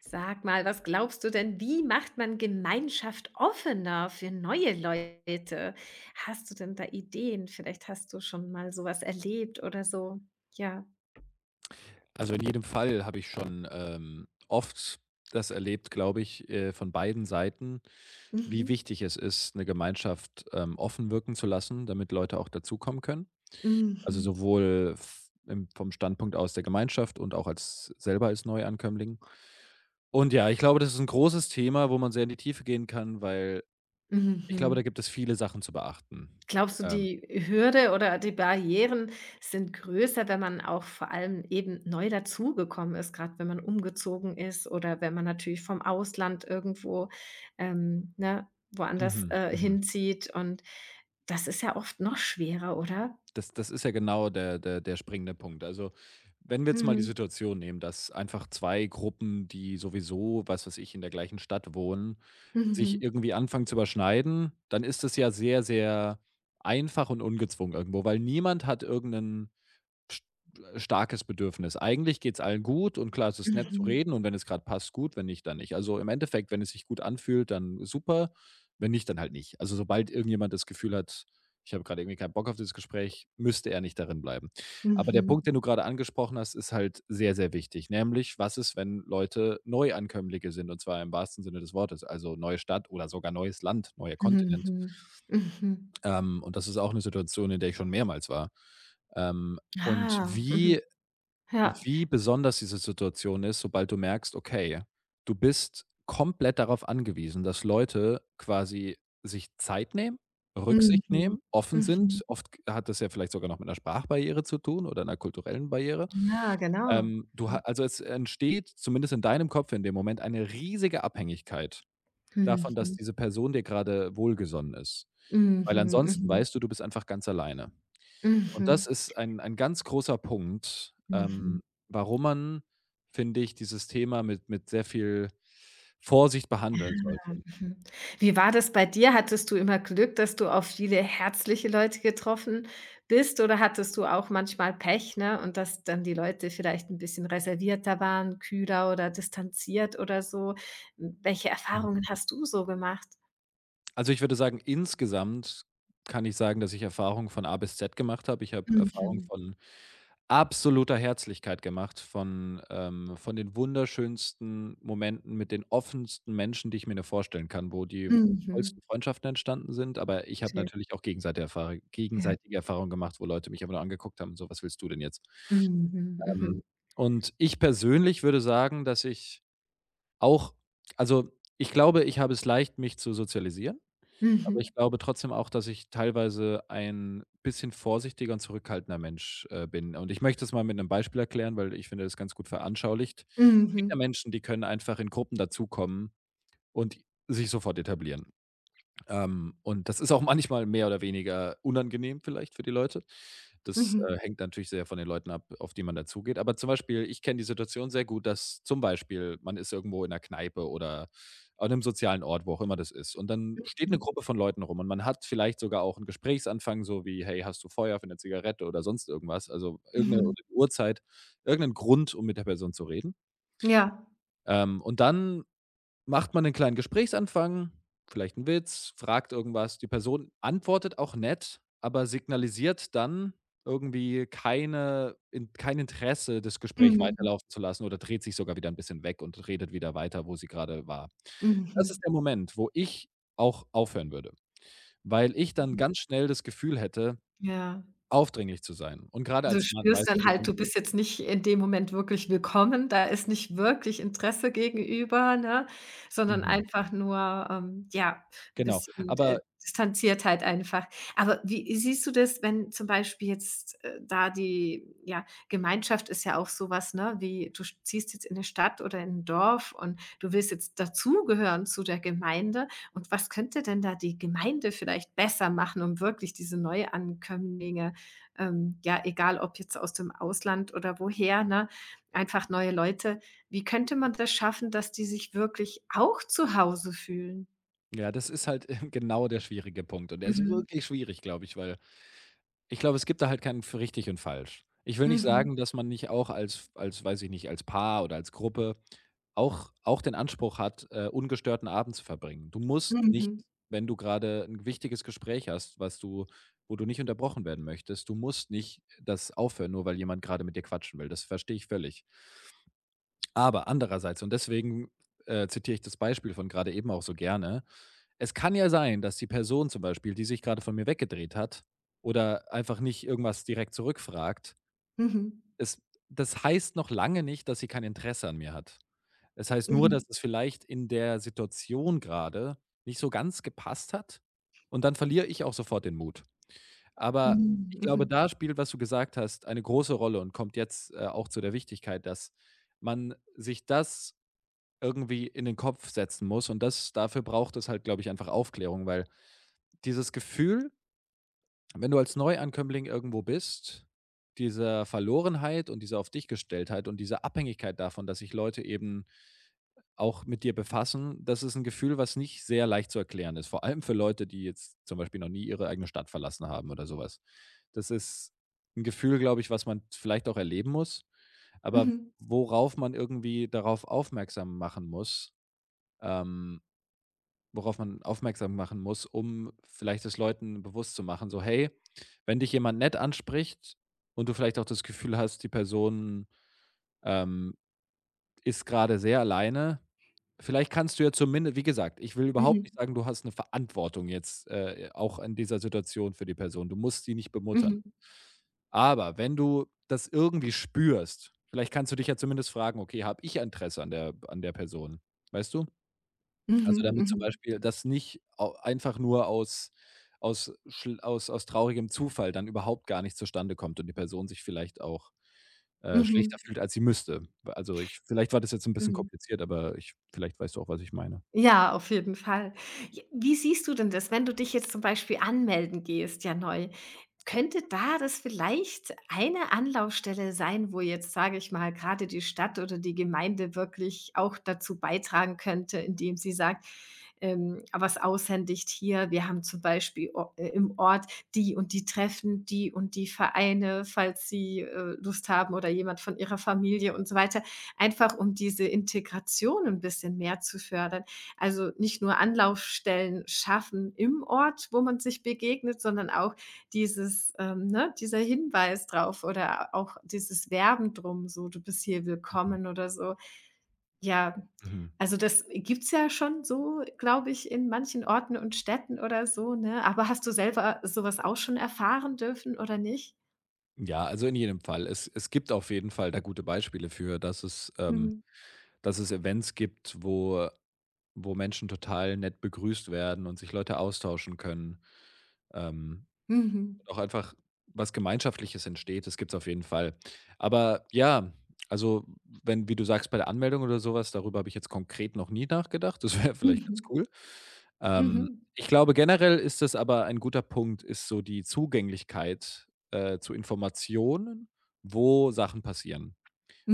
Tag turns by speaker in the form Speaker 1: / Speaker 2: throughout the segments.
Speaker 1: Sag mal, was glaubst du denn, wie macht man Gemeinschaft offener für neue Leute? Hast du denn da Ideen? Vielleicht hast du schon mal so was erlebt oder so. Ja.
Speaker 2: Also, in jedem Fall habe ich schon, oft das erlebt, glaube ich, von beiden Seiten, wie
Speaker 1: Mhm.
Speaker 2: wichtig es ist, eine Gemeinschaft, offen wirken zu lassen, damit Leute auch dazukommen können.
Speaker 1: Mhm.
Speaker 2: Also, sowohl v im vom Standpunkt aus der Gemeinschaft und auch als selber als Neuankömmling. Und ja, ich glaube, das ist ein großes Thema, wo man sehr in die Tiefe gehen kann, weil ich glaube, da
Speaker 1: Mhm.
Speaker 2: gibt es viele Sachen zu beachten.
Speaker 1: Glaubst du,
Speaker 2: Ähm
Speaker 1: die Hürde oder die Barrieren sind größer, wenn man auch vor allem eben neu dazugekommen ist, gerade wenn man umgezogen ist oder wenn man natürlich vom Ausland irgendwo, ne, woanders,
Speaker 2: mhm, mhm.
Speaker 1: hinzieht und das ist ja oft noch schwerer, oder?
Speaker 2: Das ist ja genau der springende Punkt. Also, wenn wir jetzt mal die
Speaker 1: Mhm.
Speaker 2: Situation nehmen, dass einfach 2 Gruppen, die sowieso, was weiß ich, in der gleichen Stadt wohnen, sich
Speaker 1: Mhm.
Speaker 2: irgendwie anfangen zu überschneiden, dann ist es ja sehr, sehr einfach und ungezwungen irgendwo, weil niemand hat irgendeinen st starkes Bedürfnis. Eigentlich geht es allen gut und klar, es ist nett zu
Speaker 1: Mhm.
Speaker 2: reden und wenn es gerade passt, gut, wenn nicht, dann nicht. Also, im Endeffekt, wenn es sich gut anfühlt, dann super, wenn nicht, dann halt nicht. Also, sobald irgendjemand das Gefühl hat: „Ich habe gerade irgendwie keinen Bock auf dieses Gespräch“, müsste er nicht darin bleiben. Aber der
Speaker 1: Mhm.
Speaker 2: Punkt, den du gerade angesprochen hast, ist halt sehr, sehr wichtig, nämlich, was ist, wenn Leute Neuankömmlinge sind, und zwar im wahrsten Sinne des Wortes, also neue Stadt oder sogar neues Land, neuer Kontinent.
Speaker 1: Mhm. Mhm.
Speaker 2: Und das ist auch eine Situation, in der ich schon mehrmals war. Und
Speaker 1: Ah, mhm.
Speaker 2: wie
Speaker 1: Ja.
Speaker 2: wie besonders diese Situation ist, sobald du merkst, okay, du bist komplett darauf angewiesen, dass Leute quasi sich Zeit nehmen, Rücksicht
Speaker 1: Mhm.
Speaker 2: nehmen, offen
Speaker 1: Mhm.
Speaker 2: sind. Oft hat das ja vielleicht sogar noch mit einer Sprachbarriere zu tun oder einer kulturellen Barriere.
Speaker 1: Ja, genau.
Speaker 2: Du ha
Speaker 1: Mhm.
Speaker 2: Also, es entsteht zumindest in deinem Kopf in dem Moment eine riesige Abhängigkeit davon, dass
Speaker 1: Mhm.
Speaker 2: diese Person dir gerade wohlgesonnen ist. Weil
Speaker 1: Mhm.
Speaker 2: ansonsten
Speaker 1: Mhm.
Speaker 2: weißt du, du bist einfach ganz alleine. Und das
Speaker 1: Mhm.
Speaker 2: ist ein ganz großer Punkt,
Speaker 1: Mhm.
Speaker 2: warum man, finde ich, dieses Thema mit sehr viel Vorsicht behandeln sollte.
Speaker 1: Mhm. Wie war das bei dir? Hattest du immer Glück, dass du auf viele herzliche Leute getroffen bist, oder hattest du auch manchmal Pech, ne, und dass dann die Leute vielleicht ein bisschen reservierter waren, kühler oder distanziert oder so? Welche
Speaker 2: Mhm.
Speaker 1: Erfahrungen hast du so gemacht?
Speaker 2: Also, ich würde sagen, insgesamt kann ich sagen, dass ich Erfahrungen von A bis Z gemacht habe. Ich habe Erfahrungen
Speaker 1: Mhm.
Speaker 2: von absoluter Herzlichkeit gemacht, von den wunderschönsten Momenten mit den offensten Menschen, die ich mir nur vorstellen kann, wo die tollsten
Speaker 1: Mhm.
Speaker 2: Freundschaften entstanden sind. Aber ich habe
Speaker 1: Schön.
Speaker 2: natürlich auch
Speaker 1: Ja.
Speaker 2: gegenseitige Erfahrungen gemacht, wo Leute mich einfach nur angeguckt haben, so: „Was willst du denn jetzt?“
Speaker 1: Mhm.
Speaker 2: Ähm,
Speaker 1: Mhm.
Speaker 2: und ich persönlich würde sagen, dass auch also, ich glaube, ich habe es leicht, mich zu sozialisieren. Aber
Speaker 1: Mhm.
Speaker 2: ich glaube trotzdem auch, dass ich teilweise ein bisschen vorsichtiger und zurückhaltender Mensch, bin. Und ich möchte es mal mit einem Beispiel erklären, weil ich finde, das ganz gut veranschaulicht. Es gibt ja
Speaker 1: Mhm.
Speaker 2: Menschen, die können einfach in Gruppen dazukommen und sich sofort etablieren. Und das ist auch manchmal mehr oder weniger unangenehm vielleicht für die Leute. Das,
Speaker 1: Mhm.
Speaker 2: hängt natürlich sehr von den Leuten ab, auf die man da zugeht. Aber zum Beispiel, ich kenne die Situation sehr gut, dass zum Beispiel man ist irgendwo in einer Kneipe oder an einem sozialen Ort, wo auch immer das ist. Und dann steht eine
Speaker 1: Mhm.
Speaker 2: Gruppe von Leuten rum und man hat vielleicht sogar auch 'n Gesprächsanfang, so wie: „Hey, hast du Feuer für eine Zigarette?“ oder sonst irgendwas. Also, irgendeine oder
Speaker 1: Mhm.
Speaker 2: die Uhrzeit, irgendeinen Grund, um mit der Person zu reden.
Speaker 1: Ja.
Speaker 2: Und dann Macht man einen kleinen Gesprächsanfang, vielleicht 'n Witz, fragt irgendwas. Die Person antwortet auch nett, aber signalisiert dann irgendwie kein Interesse, das Gespräch
Speaker 1: Mhm.
Speaker 2: weiterlaufen zu lassen, oder dreht sich sogar wieder ein bisschen weg und redet wieder weiter, wo sie gerade war. Das ist
Speaker 1: Mhm.
Speaker 2: der Moment, wo ich auch aufhören würde, weil ich dann ganz
Speaker 1: Mhm.
Speaker 2: schnell das Gefühl hätte,
Speaker 1: Ja.
Speaker 2: aufdringlich zu sein. Und gerade
Speaker 1: Du
Speaker 2: als Mann, weißt
Speaker 1: spürst dann
Speaker 2: du,
Speaker 1: halt,
Speaker 2: wenn
Speaker 1: du
Speaker 2: du
Speaker 1: bist jetzt nicht in dem Moment wirklich willkommen, da ist nicht wirklich Interesse gegenüber, ne, sondern
Speaker 2: mhm,
Speaker 1: einfach nur, ja, 'n
Speaker 2: genau.
Speaker 1: bisschen,
Speaker 2: Aber
Speaker 1: Distanziertheit einfach. Aber wie siehst du das, wenn zum Beispiel jetzt, da die ja, Gemeinschaft ist ja auch so was, ne, wie du sch ziehst jetzt in 'ne Stadt oder in 'n Dorf und du willst jetzt dazugehören zu der Gemeinde. Und was könnte denn da die Gemeinde vielleicht besser machen, um wirklich diese Neuankömmlinge ja, egal ob jetzt aus dem Ausland oder woher, ne, einfach neue Leute. Wie könnte man das schaffen, dass die sich wirklich auch zu Hause fühlen?
Speaker 2: ja, das ist halt genau der schwierige Punkt und der ist
Speaker 1: Mhm.
Speaker 2: wirklich schwierig, glaube ich, weil ich glaube, es gibt da halt keinen für richtig und falsch. Ich will nicht
Speaker 1: Mhm.
Speaker 2: sagen, dass man nicht auch als als weiß ich nicht, als Paar oder als Gruppe auch den Anspruch hat, ungestörten Abend zu verbringen. Du musst nicht,
Speaker 1: Mhm.
Speaker 2: wenn du gerade ein wichtiges Gespräch hast, was du wo du nicht unterbrochen werden möchtest, du musst nicht das aufhören, nur weil jemand gerade mit dir quatschen will. Das verstehe ich völlig. Aber andererseits, und deswegen, zitiere ich das Beispiel von gerade eben auch so gerne, es kann ja sein, dass die Person zum Beispiel, die sich gerade von mir weggedreht hat oder einfach nicht irgendwas direkt zurückfragt,
Speaker 1: Mhm.
Speaker 2: es das heißt noch lange nicht, dass sie kein Interesse an mir hat. Es heißt nur,
Speaker 1: Mhm.
Speaker 2: dass es vielleicht in der Situation gerade nicht so ganz gepasst hat, und dann verliere ich auch sofort den Mut. Aber ich glaube,
Speaker 1: Mhm.
Speaker 2: da spielt, was du gesagt hast, eine große Rolle und kommt jetzt, auch zu der Wichtigkeit, dass man sich das irgendwie in den Kopf setzen muss, und das dafür braucht es halt, glaube ich, einfach Aufklärung, weil dieses Gefühl, wenn du als Neuankömmling irgendwo bist, dieser Verlorenheit und dieser Auf-dich-Gestelltheit und dieser Abhängigkeit davon, dass sich Leute eben auch mit dir befassen, das ist ein Gefühl, was nicht sehr leicht zu erklären ist, vor allem für Leute, die jetzt zum Beispiel noch nie ihre eigene Stadt verlassen haben oder sowas. Das ist ein Gefühl, glaube ich, was man vielleicht auch erleben muss, aber
Speaker 1: Mhm.
Speaker 2: worauf man irgendwie darauf aufmerksam machen muss, ähm worauf man aufmerksam machen muss, um vielleicht es Leuten bewusst zu machen, so: „Hey, wenn dich jemand nett anspricht und du vielleicht auch das Gefühl hast, die Person, ähm, ist gerade sehr alleine, vielleicht kannst du ja zumindest, wie gesagt, ich will überhaupt
Speaker 1: Mhm.
Speaker 2: nicht sagen, du hast eine Verantwortung jetzt, auch in dieser Situation für die Person. Du musst sie nicht bemuttern.
Speaker 1: Mhm.
Speaker 2: Aber wenn du das irgendwie spürst, vielleicht kannst du dich ja zumindest fragen: „Okay, habe ich Interesse an der Person?“ Weißt du? Also, damit zum
Speaker 1: Mhm.
Speaker 2: Beispiel das nicht au einfach nur aus aus schl aus aus traurigem Zufall dann überhaupt gar nicht zustande kommt und die Person sich vielleicht auch,
Speaker 1: Mhm. Mhm.
Speaker 2: schlechter
Speaker 1: Mhm.
Speaker 2: fühlt, als sie müsste. Also, ich vielleicht war das jetzt ein bisschen
Speaker 1: Mhm.
Speaker 2: kompliziert, aber ich vielleicht weißt du auch, was ich meine.
Speaker 1: Ja, auf jeden Fall. J Wie siehst du denn das, wenn du dich jetzt zum Beispiel anmelden gehst, ja, neu? Könnte da das vielleicht eine Anlaufstelle sein, wo jetzt, sage ich mal, gerade die Stadt oder die Gemeinde wirklich auch dazu beitragen könnte, indem sie sagt, was aushändigt hier. Wir haben zum Beispiel o im Ort die und die Treffen, die und die Vereine, falls sie, Lust haben oder jemand von ihrer Familie und so weiter, einfach um diese Integration ein bisschen mehr zu fördern. Also nicht nur Anlaufstellen schaffen im Ort, wo man sich begegnet, sondern auch dieses, ne, dieser Hinweis drauf oder auch dieses Werben drum, so: „Du bist hier
Speaker 2: Mhm,
Speaker 1: willkommen“ oder so. Ja,
Speaker 2: mhm.
Speaker 1: also das gibt's ja schon so, glaube ich, in manchen Orten und Städten oder so, ne? Aber hast du selber sowas auch schon erfahren dürfen oder nicht?
Speaker 2: Ja, also, in jedem Fall. Es gibt auf jeden Fall da gute Beispiele für,
Speaker 1: Mhm.
Speaker 2: dass es Events gibt, wo Menschen total nett begrüßt werden und sich Leute austauschen können. Ähm
Speaker 1: Mhm.
Speaker 2: Auch einfach was Gemeinschaftliches entsteht, das gibt's auf jeden Fall. Aber ja, also wenn, wie du sagst, bei der Anmeldung oder sowas, darüber habe ich jetzt konkret noch nie nachgedacht. Das wäre vielleicht ganz
Speaker 1: Mhm.
Speaker 2: cool. Ähm,
Speaker 1: Mhm.
Speaker 2: Ich glaube, generell ist das aber ein guter Punkt, ist so die Zugänglichkeit, zu Informationen, wo Sachen passieren.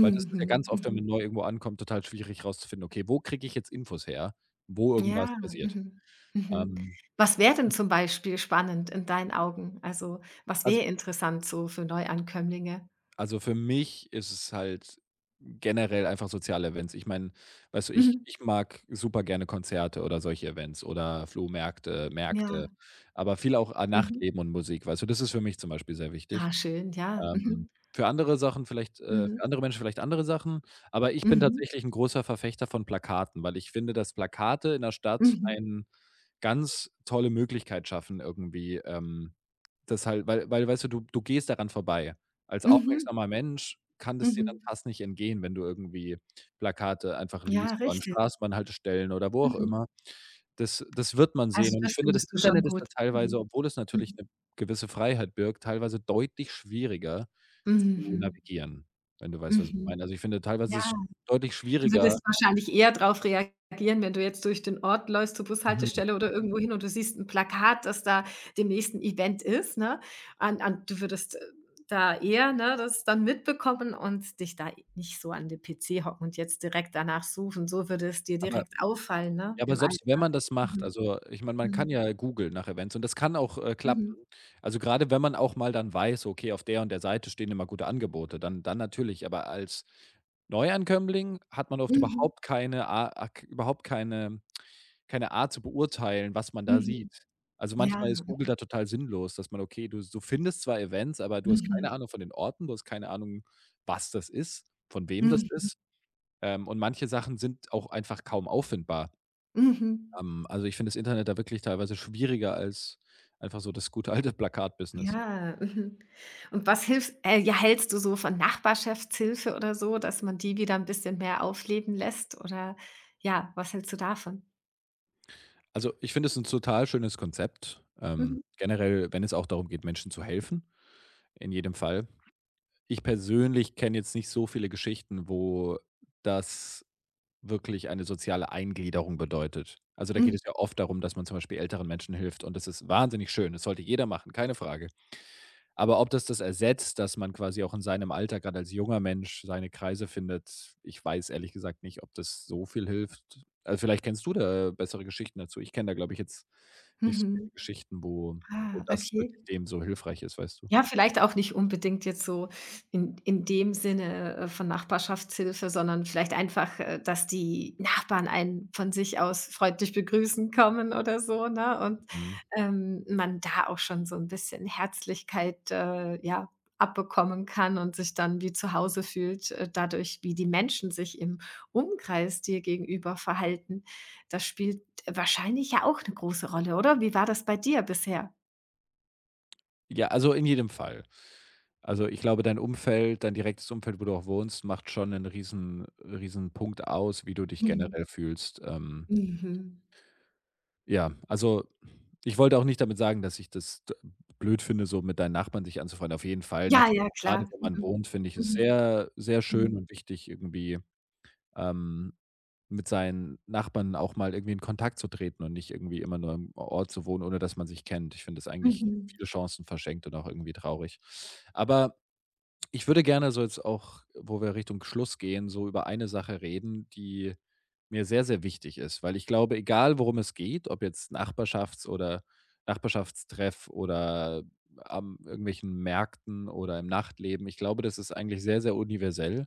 Speaker 2: Weil das ist ja
Speaker 1: Mhm.
Speaker 2: ganz oft, wenn man
Speaker 1: Mhm.
Speaker 2: neu irgendwo ankommt, total schwierig rauszufinden: „Okay, wo kriege ich jetzt Infos her, wo irgendwas
Speaker 1: Ja,
Speaker 2: passiert?“
Speaker 1: mhm. Mhm.
Speaker 2: Ähm,
Speaker 1: Was wäre denn zum Beispiel spannend in deinen Augen? Also, was
Speaker 2: also
Speaker 1: wäre interessant so für Neuankömmlinge?
Speaker 2: Also, für mich ist es halt generell einfach soziale Events. Ich meine, weißt du, ich
Speaker 1: Mhm.
Speaker 2: ich mag super gerne Konzerte oder solche Events oder Flohmärkte Märkte,
Speaker 1: Ja.
Speaker 2: aber viel auch,
Speaker 1: Mhm.
Speaker 2: Nachtleben und Musik, weißt du? Das ist für mich zum Beispiel sehr wichtig.
Speaker 1: Ah, schön, ja.
Speaker 2: Ähm,
Speaker 1: Mhm. Mhm.
Speaker 2: für andere Menschen vielleicht andere Sachen, aber ich bin
Speaker 1: Mhm.
Speaker 2: tatsächlich 'n großer Verfechter von Plakaten, weil ich finde, dass Plakate in der Stadt
Speaker 1: Mhm.
Speaker 2: ein ganz tolle Möglichkeit schaffen irgendwie, das halt weil weil, weißt du, du gehst daran vorbei. Als
Speaker 1: Mhm.
Speaker 2: aufmerksamer Mensch kann das dir dann
Speaker 1: Mhm.
Speaker 2: fast nicht entgehen, wenn du irgendwie Plakate einfach
Speaker 1: Ja,
Speaker 2: liest, so an
Speaker 1: richtig.
Speaker 2: Straßenbahnhaltestellen oder wo auch
Speaker 1: Mhm.
Speaker 2: immer. Das wird man
Speaker 1: Also,
Speaker 2: sehen, und ich
Speaker 1: das
Speaker 2: finde, das
Speaker 1: findest du schon
Speaker 2: Internet ist da
Speaker 1: gut.
Speaker 2: teilweise,
Speaker 1: Mhm.
Speaker 2: obwohl es natürlich
Speaker 1: Mhm.
Speaker 2: 'ne gewisse Freiheit birgt, teilweise deutlich schwieriger zu
Speaker 1: Mhm.
Speaker 2: navigieren, wenn du
Speaker 1: Mhm.
Speaker 2: weißt, was ich
Speaker 1: Mhm.
Speaker 2: meine. Also, ich finde teilweise ist es
Speaker 1: Ja.
Speaker 2: deutlich
Speaker 1: Du
Speaker 2: schwieriger,
Speaker 1: würdest wahrscheinlich eher darauf reagieren, wenn du jetzt durch den Ort läufst zur
Speaker 2: mhm,
Speaker 1: Bushaltestelle oder irgendwo hin und du siehst 'n Plakat, dass da demnächst 'n Event ist, ne? An du würdest, da eher, ne, das dann mitbekommen und dich da nicht so an den PC hocken und jetzt direkt danach suchen. So würde es dir
Speaker 2: aber
Speaker 1: direkt auffallen, ne,
Speaker 2: ja, aber
Speaker 1: im
Speaker 2: selbst wenn
Speaker 1: Alltag.
Speaker 2: man das macht,
Speaker 1: Mhm.
Speaker 2: also, ich meine, man kann
Speaker 1: Mhm.
Speaker 2: ja googeln nach Events, und das kann auch, klappen.
Speaker 1: Mhm.
Speaker 2: Also gerade wenn man auch mal dann weiß, okay, auf der und der Seite stehen immer gute Angebote, dann natürlich, aber als Neuankömmling hat man oft
Speaker 1: Mhm.
Speaker 2: überhaupt keine A a überhaupt keine Art zu beurteilen, was man da
Speaker 1: Mhm.
Speaker 2: sieht. Also,
Speaker 1: Ja.
Speaker 2: manchmal ist Google da total sinnlos, dass man okay, du findest zwar Events, aber du hast
Speaker 1: Mhm.
Speaker 2: keine Ahnung von den Orten, du hast keine Ahnung, was das ist, von wem das
Speaker 1: Mhm.
Speaker 2: ist, und manche Sachen sind auch einfach kaum auffindbar.
Speaker 1: Mhm.
Speaker 2: Also, ich finde das Internet da wirklich teilweise schwieriger als einfach so das gute alte Plakat-Business.
Speaker 1: Ja, mhm. Und was hilfst ja, hältst du so von Nachbarschaftshilfe oder so, dass man die wieder ein bisschen mehr aufleben lässt oder ja, was hältst du davon?
Speaker 2: Also, ich finde es ein total schönes Konzept,
Speaker 1: Mhm.
Speaker 2: generell, wenn es auch darum geht, Menschen zu helfen, in jedem Fall. Ich persönlich kenne jetzt nicht so viele Geschichten, wo das wirklich eine soziale Eingliederung bedeutet. Also, da geht
Speaker 1: Hm,
Speaker 2: es ja oft darum, dass man zum Beispiel älteren Menschen hilft und das ist wahnsinnig schön. Das sollte jeder machen, keine Frage. Aber ob das das ersetzt, dass man quasi auch in seinem Alter, gerade als junger Mensch, seine Kreise findet, ich weiß ehrlich gesagt nicht, ob das so viel hilft. Also, vielleicht kennst du da bessere Geschichten dazu. Ich kenne da, glaube ich, jetzt nicht so viele
Speaker 1: mhm.
Speaker 2: Geschichten, wo
Speaker 1: Ah,
Speaker 2: das
Speaker 1: okay.
Speaker 2: wirklich dem so hilfreich ist, weißt du?
Speaker 1: Ja, vielleicht auch nicht unbedingt jetzt so in dem Sinne, von Nachbarschaftshilfe, sondern vielleicht einfach, dass die Nachbarn einen von sich aus freundlich begrüßen kommen oder so, ne? Und,
Speaker 2: Mhm.
Speaker 1: man da auch schon so ein bisschen Herzlichkeit, ja, abbekommen kann und sich dann wie zu Hause fühlt, dadurch, wie die Menschen sich im Umkreis dir gegenüber verhalten. Das spielt wahrscheinlich ja auch eine große Rolle, oder? Wie war das bei dir bisher?
Speaker 2: Ja, also in jedem Fall. Also, ich glaube, dein Umfeld, dein direktes Umfeld, wo du auch wohnst, macht schon einen riesen riesen Punkt aus, wie du dich
Speaker 1: Mhm,
Speaker 2: generell fühlst.
Speaker 1: mhm.
Speaker 2: Ja, also ich wollte auch nicht damit sagen, dass ich das d blöd finde, so mit deinen Nachbarn sich anzufreunden. Auf jeden Fall,
Speaker 1: Ja,
Speaker 2: natürlich
Speaker 1: ja,
Speaker 2: gerade
Speaker 1: klar.
Speaker 2: wo man
Speaker 1: Mhm.
Speaker 2: wohnt, finde ich es sehr, sehr
Speaker 1: Mhm.
Speaker 2: schön und wichtig, irgendwie, ähm, mit seinen Nachbarn auch mal irgendwie in Kontakt zu treten und nicht irgendwie immer nur im Ort zu wohnen, ohne dass man sich kennt. Ich finde das eigentlich
Speaker 1: Mhm.
Speaker 2: viele Chancen verschenkt und auch irgendwie traurig. Aber ich würde gerne so jetzt auch, wo wir Richtung Schluss gehen, so über eine Sache reden, die mir sehr, sehr wichtig ist, weil ich glaube, egal worum es geht, ob jetzt Nachbarschafts- oder Nachbarschaftstreff oder am irgendwelchen Märkten oder im Nachtleben, ich glaube, das ist eigentlich sehr, sehr universell.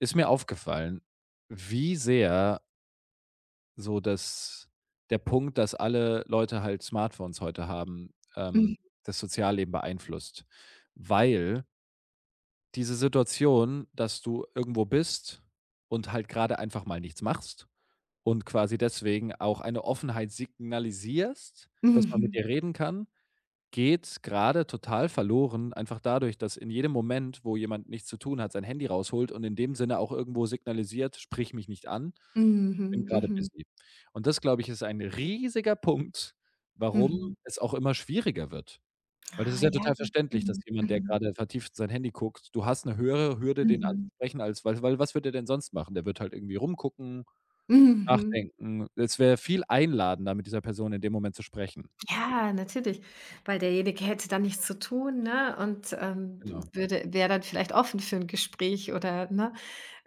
Speaker 2: Ist mir aufgefallen, wie sehr so das der Punkt, dass alle Leute halt Smartphones heute haben,
Speaker 1: Mhm.
Speaker 2: das Sozialleben beeinflusst, weil diese Situation, dass du irgendwo bist und halt gerade einfach mal nichts machst und quasi deswegen auch eine Offenheit signalisierst, dass man mit
Speaker 1: Mhm.
Speaker 2: dir reden kann, geht gerade total verloren, einfach dadurch, dass in jedem Moment, wo jemand nichts zu tun hat, sein Handy rausholt und in dem Sinne auch irgendwo signalisiert: „Sprich mich nicht an, bin
Speaker 1: Mhm. Mhm.
Speaker 2: gerade
Speaker 1: Mhm.
Speaker 2: busy.“ Und das, glaube ich, ist ein riesiger Punkt, warum
Speaker 1: Mhm.
Speaker 2: es auch immer schwieriger wird. Weil das ist
Speaker 1: Ah,
Speaker 2: ja
Speaker 1: ja.
Speaker 2: total verständlich, dass
Speaker 1: Mhm.
Speaker 2: jemand, der
Speaker 1: Mhm.
Speaker 2: gerade vertieft sein Handy guckt, du hast 'ne höhere Hürde, den
Speaker 1: Mhm.
Speaker 2: anzusprechen, als, weil was wird er denn sonst machen? Der wird halt irgendwie rumgucken,
Speaker 1: Mhm.
Speaker 2: nachdenken. Es wäre viel einladender, mit dieser Person in dem Moment zu sprechen.
Speaker 1: Ja, natürlich, weil derjenige hätte dann nichts zu tun, ne, und,
Speaker 2: Genau.
Speaker 1: würde wäre dann vielleicht offen für 'n Gespräch oder, ne,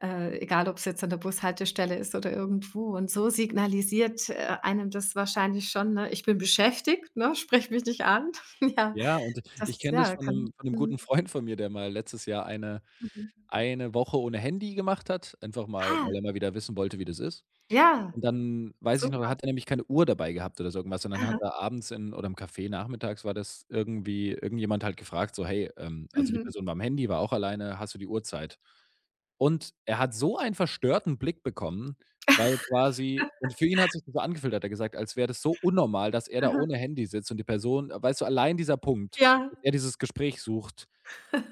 Speaker 1: egal ob's jetzt an der Bushaltestelle ist oder irgendwo. Und so signalisiert, einem das wahrscheinlich schon, ne: „Ich bin beschäftigt, ne, sprich mich nicht an.“ Ja,
Speaker 2: Ja, und ich
Speaker 1: das
Speaker 2: kenne das
Speaker 1: ja,
Speaker 2: von
Speaker 1: kann
Speaker 2: 'nem
Speaker 1: mhm.
Speaker 2: guten Freund von mir, der mal letztes Jahr
Speaker 1: Mhm.
Speaker 2: eine Woche ohne Handy gemacht hat, einfach mal,
Speaker 1: Ah,
Speaker 2: weil er mal wieder wissen wollte, wie das ist.
Speaker 1: ja,
Speaker 2: Und dann weiß ich noch,
Speaker 1: super.
Speaker 2: hat er nämlich keine Uhr dabei gehabt oder so irgendwas, und dann hat
Speaker 1: Aha.
Speaker 2: er abends in oder im Café nachmittags war das irgendwie, irgendjemand halt gefragt so: „Hey, also die
Speaker 1: Mhm.
Speaker 2: Person war am Handy, war auch alleine: Hast du die Uhrzeit?“ Und er hat so einen verstörten Blick bekommen, weil quasi und für ihn hat sich das so angefühlt, hat er gesagt, als wäre das so unnormal, dass er da ohne Handy sitzt und die Person, weißt du, allein dieser Punkt,
Speaker 1: Ja,
Speaker 2: dass er dieses Gespräch sucht,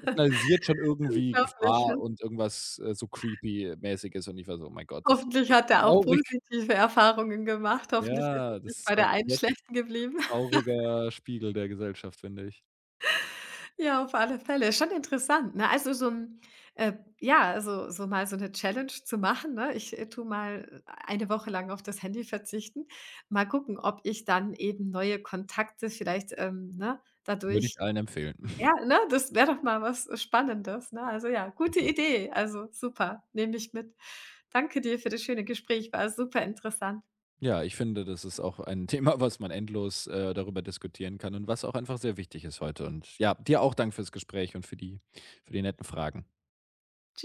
Speaker 2: signalisiert schon irgendwie
Speaker 1: unglaublich.
Speaker 2: Gefahr und irgendwas, so creepy mäßiges und ich war so: „Oh mein Gott, das ist
Speaker 1: Hoffentlich hat er auch
Speaker 2: genau.“
Speaker 1: positive Erfahrungen gemacht. Hoffentlich ist
Speaker 2: Ja,
Speaker 1: es
Speaker 2: das
Speaker 1: nicht
Speaker 2: ist
Speaker 1: bei
Speaker 2: ein
Speaker 1: der einen
Speaker 2: sehr
Speaker 1: schlechten geblieben.
Speaker 2: trauriger Spiegel der Gesellschaft, finde ich.
Speaker 1: Ja, auf alle Fälle. Schon interessant, ne? Also, so ein, äh, ja, also, so mal so eine Challenge zu machen, ne? Ich, tue mal eine Woche lang auf das Handy verzichten. Mal gucken, ob ich dann eben neue Kontakte vielleicht, ne,
Speaker 2: Würde ich
Speaker 1: dadurch.
Speaker 2: allen empfehlen.
Speaker 1: Ja, ne, das wäre doch mal was Spannendes, ne? Also, ja, gute
Speaker 2: Mhm.
Speaker 1: Idee. Also, super, nehme ich mit. Danke dir für das schöne Gespräch, war super interessant.
Speaker 2: Ja, ich finde, das ist auch ein Thema, was man endlos, darüber diskutieren kann und was auch einfach sehr wichtig ist heute. Und ja, dir auch Dank fürs Gespräch und für die netten Fragen.